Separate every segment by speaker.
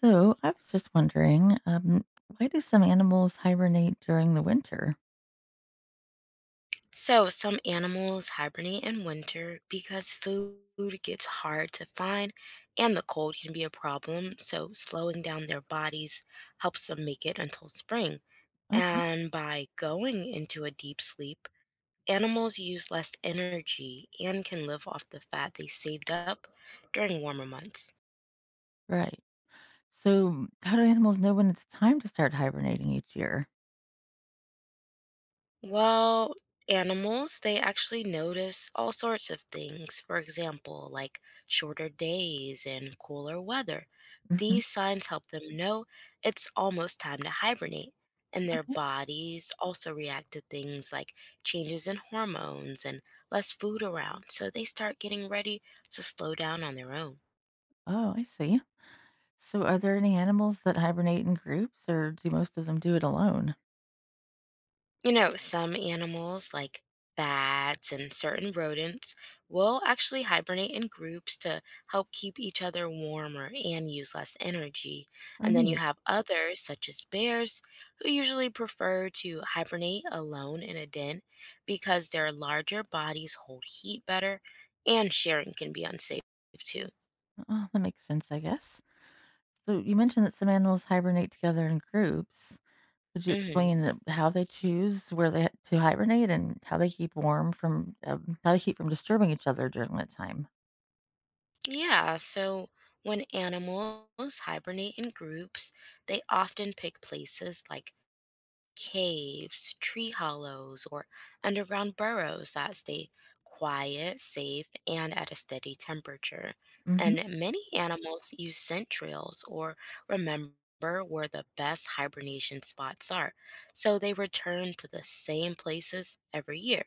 Speaker 1: So I was just wondering, why do some animals hibernate during the winter?
Speaker 2: So, some animals hibernate in winter because food gets hard to find and the cold can be a problem. So, slowing down their bodies helps them make it until spring.
Speaker 1: Okay,
Speaker 2: And by going into a deep sleep, animals use less energy and can live off the fat they saved up during warmer months.
Speaker 1: right. So how do animals know when it's time to start hibernating each year?
Speaker 2: Well, animals, they actually notice all sorts of things. For example, like shorter days and cooler weather.
Speaker 1: Hmm.
Speaker 2: These signs help them know it's almost time to hibernate. And their
Speaker 1: Okay.
Speaker 2: bodies also react to things like changes in hormones and less food around. So they start getting ready to slow down on their own.
Speaker 1: Oh, I see. So are there any animals that hibernate in groups, or do most of them do it alone?
Speaker 2: You know, some animals like bats and certain rodents will actually hibernate in groups to help keep each other warmer and use less energy.
Speaker 1: Oh,
Speaker 2: And then you
Speaker 1: neat.
Speaker 2: have others, such as bears, who usually prefer to hibernate alone in a den because their larger bodies hold heat better and sharing can be unsafe too.
Speaker 1: Oh, that makes sense, I guess. So you mentioned that some animals hibernate together in groups. Could you
Speaker 2: hmm
Speaker 1: explain how they choose where they to hibernate and how they keep warm from how they keep from disturbing each other during that time?
Speaker 2: Yeah, so when animals hibernate in groups, they often pick places like caves, tree hollows, or underground burrows that stay quiet, safe, and at a steady temperature.
Speaker 1: Mhm.
Speaker 2: And many animals use scent trails or remember where the best hibernation spots are, so they return to the same places every year.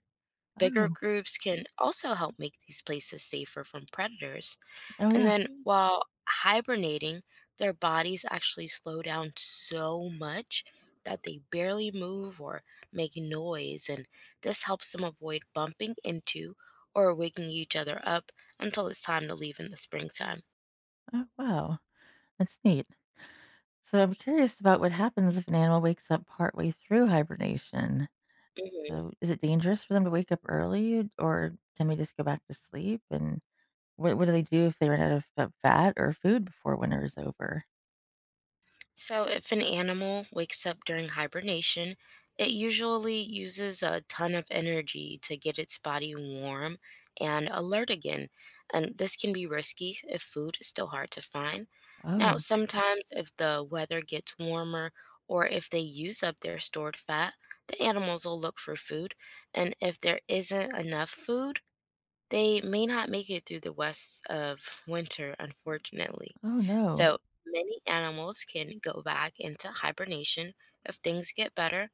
Speaker 2: Bigger
Speaker 1: Oh.
Speaker 2: groups can also help make these places safer from predators,
Speaker 1: Oh,
Speaker 2: and
Speaker 1: yeah.
Speaker 2: then while hibernating, their bodies actually slow down so much that they barely move or make noise, and this helps them avoid bumping into or waking each other up until it's time to leave in the springtime.
Speaker 1: Oh, wow. That's neat. So I'm curious about what happens if an animal wakes up partway through hibernation.
Speaker 2: Mhm.
Speaker 1: So is it dangerous for them to wake up early, or can they just go back to sleep? And what do they do if they run out of fat or food before winter is over?
Speaker 2: So, if an animal wakes up during hibernation, it usually uses a ton of energy to get its body warm and alert again. And this can be risky if food is still hard to find. Now,
Speaker 1: Oh,
Speaker 2: sometimes if the weather gets warmer or if they use up their stored fat, the animals will look for food. And if there isn't enough food, they may not make it through the west of winter, unfortunately.
Speaker 1: oh no.
Speaker 2: So many animals can go back into hibernation if things get better,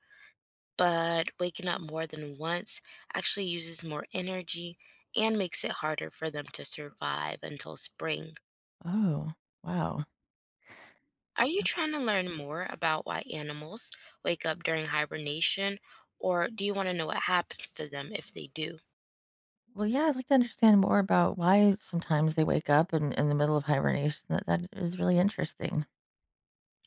Speaker 2: but waking up more than once actually uses more energy and makes it harder for them to survive until spring.
Speaker 1: Oh, wow.
Speaker 2: Are you trying to learn more about why animals wake up during hibernation, or do you want to know what happens to them if they do?
Speaker 1: Well, yeah, I'd like to understand more about why sometimes they wake up in the middle of hibernation. That is really interesting.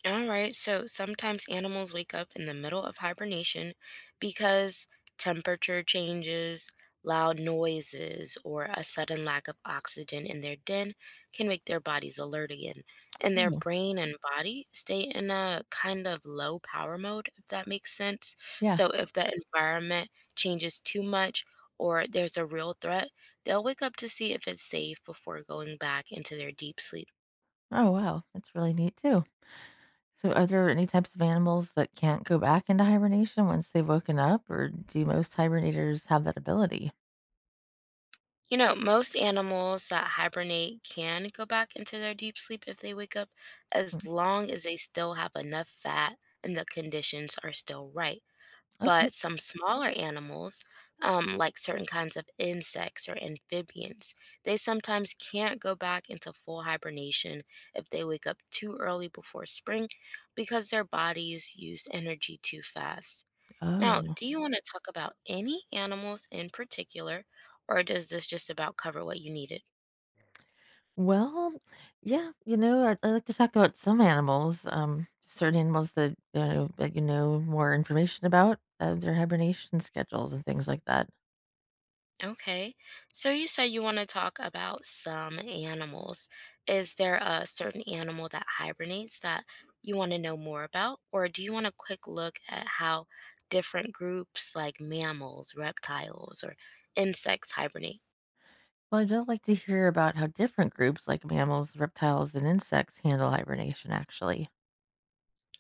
Speaker 2: All right, so sometimes animals wake up in the middle of hibernation because temperature changes, loud noises, or a sudden lack of oxygen in their den can make their bodies alert again. And their
Speaker 1: Oh,
Speaker 2: brain and body stay in a kind of low power mode, if that makes sense.
Speaker 1: yeah.
Speaker 2: So if the environment changes too much or there's a real threat, they'll wake up to see if it's safe before going back into their deep sleep.
Speaker 1: Oh, wow. That's really neat too. So, are there any types of animals that can't go back into hibernation once they've woken up, or do most hibernators have that ability?
Speaker 2: You know, most animals that hibernate can go back into their deep sleep if they wake up,
Speaker 1: Mm.
Speaker 2: as long as they still have enough fat and the conditions are still right.
Speaker 1: Okay.
Speaker 2: But some smaller animals, like certain kinds of insects or amphibians, they sometimes can't go back into full hibernation if they wake up too early before spring because their bodies use energy too fast. Now,
Speaker 1: Oh,
Speaker 2: do you want to talk about any animals in particular, or does this just about cover what you needed?
Speaker 1: well, yeah. You know, I like to talk about some animals. Certain animals that you know, that you know more information about their hibernation schedules and things like that.
Speaker 2: Okay, so you said you want to talk about some animals. Is there a certain animal that hibernates that you want to know more about, or do you want a quick look at how different groups like mammals, reptiles, or insects hibernate?
Speaker 1: Well, I'd really like to hear about how different groups like mammals, reptiles, and insects handle hibernation. Actually.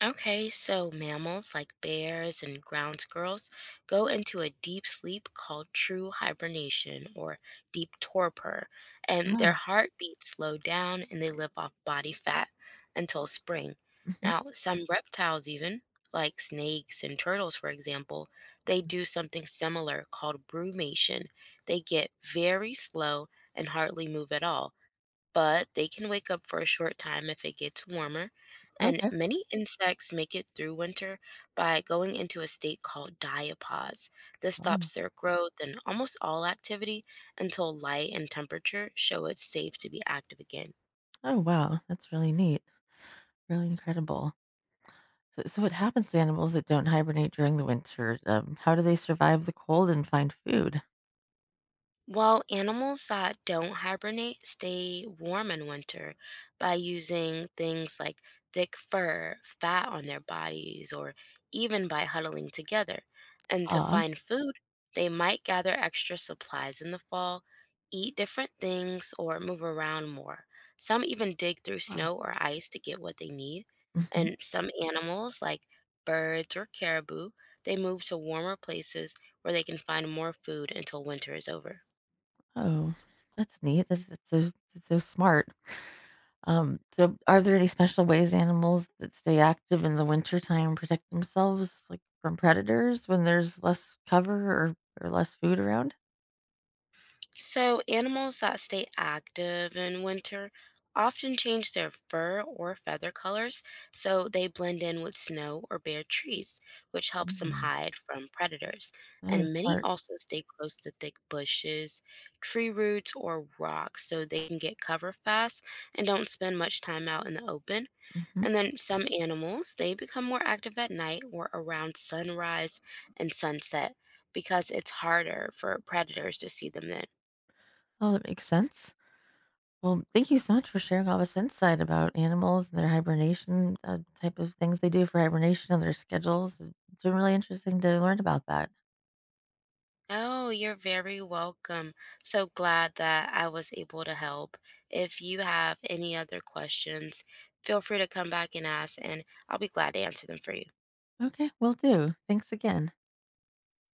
Speaker 2: Okay, so mammals like bears and ground squirrels go into a deep sleep called true hibernation or deep torpor, and their
Speaker 1: Ah.
Speaker 2: heartbeats slow down and they live off body fat until spring.
Speaker 1: Mhm.
Speaker 2: Now, some reptiles, even like snakes and turtles, for example, they do something similar called brumation. They get very slow and hardly move at all but they can wake up for a short time if it gets warmer. And
Speaker 1: Okay.
Speaker 2: many insects make it through winter by going into a state called diapause. This
Speaker 1: Wow.
Speaker 2: stops their growth and almost all activity until light and temperature show it's safe to be active again.
Speaker 1: Oh, wow. That's really neat. Really incredible. So what happens to animals that don't hibernate during the winter? How do they survive the cold and find food?
Speaker 2: Well, animals that don't hibernate stay warm in winter by using things like thick fur, fat on their bodies, or even by huddling together. And to
Speaker 1: Ah,
Speaker 2: find food, they might gather extra supplies in the fall, eat different things, or move around more. Some even dig through
Speaker 1: ah.
Speaker 2: snow or ice to get what they need.
Speaker 1: Hmm.
Speaker 2: And some animals, like birds or caribou, they move to warmer places where they can find more food until winter is over.
Speaker 1: Oh, that's neat. That's so smart. So, are there any special ways animals that stay active in the wintertime protect themselves, like from predators, when there's less cover or less food around?
Speaker 2: So, animals that stay active in winter often change their fur or feather colors so they blend in with snow or bare trees, which helps them
Speaker 1: Mhm.
Speaker 2: hide from predators.
Speaker 1: Oh,
Speaker 2: And many
Speaker 1: smart.
Speaker 2: also stay close to thick bushes, tree roots, or rocks so they can get cover fast and don't spend much time out in the open.
Speaker 1: Hmm.
Speaker 2: And then some animals, they become more active at night or around sunrise and sunset because it's harder for predators to see them then.
Speaker 1: Oh, that makes sense. Well, thank you so much for sharing all this insight about animals and their hibernation type of things they do for hibernation and their schedules. It's been really interesting to learn about that.
Speaker 2: Oh, you're very welcome. So glad that I was able to help. If you have any other questions, feel free to come back and ask, and I'll be glad to answer them for you.
Speaker 1: Okay, will do. Thanks again.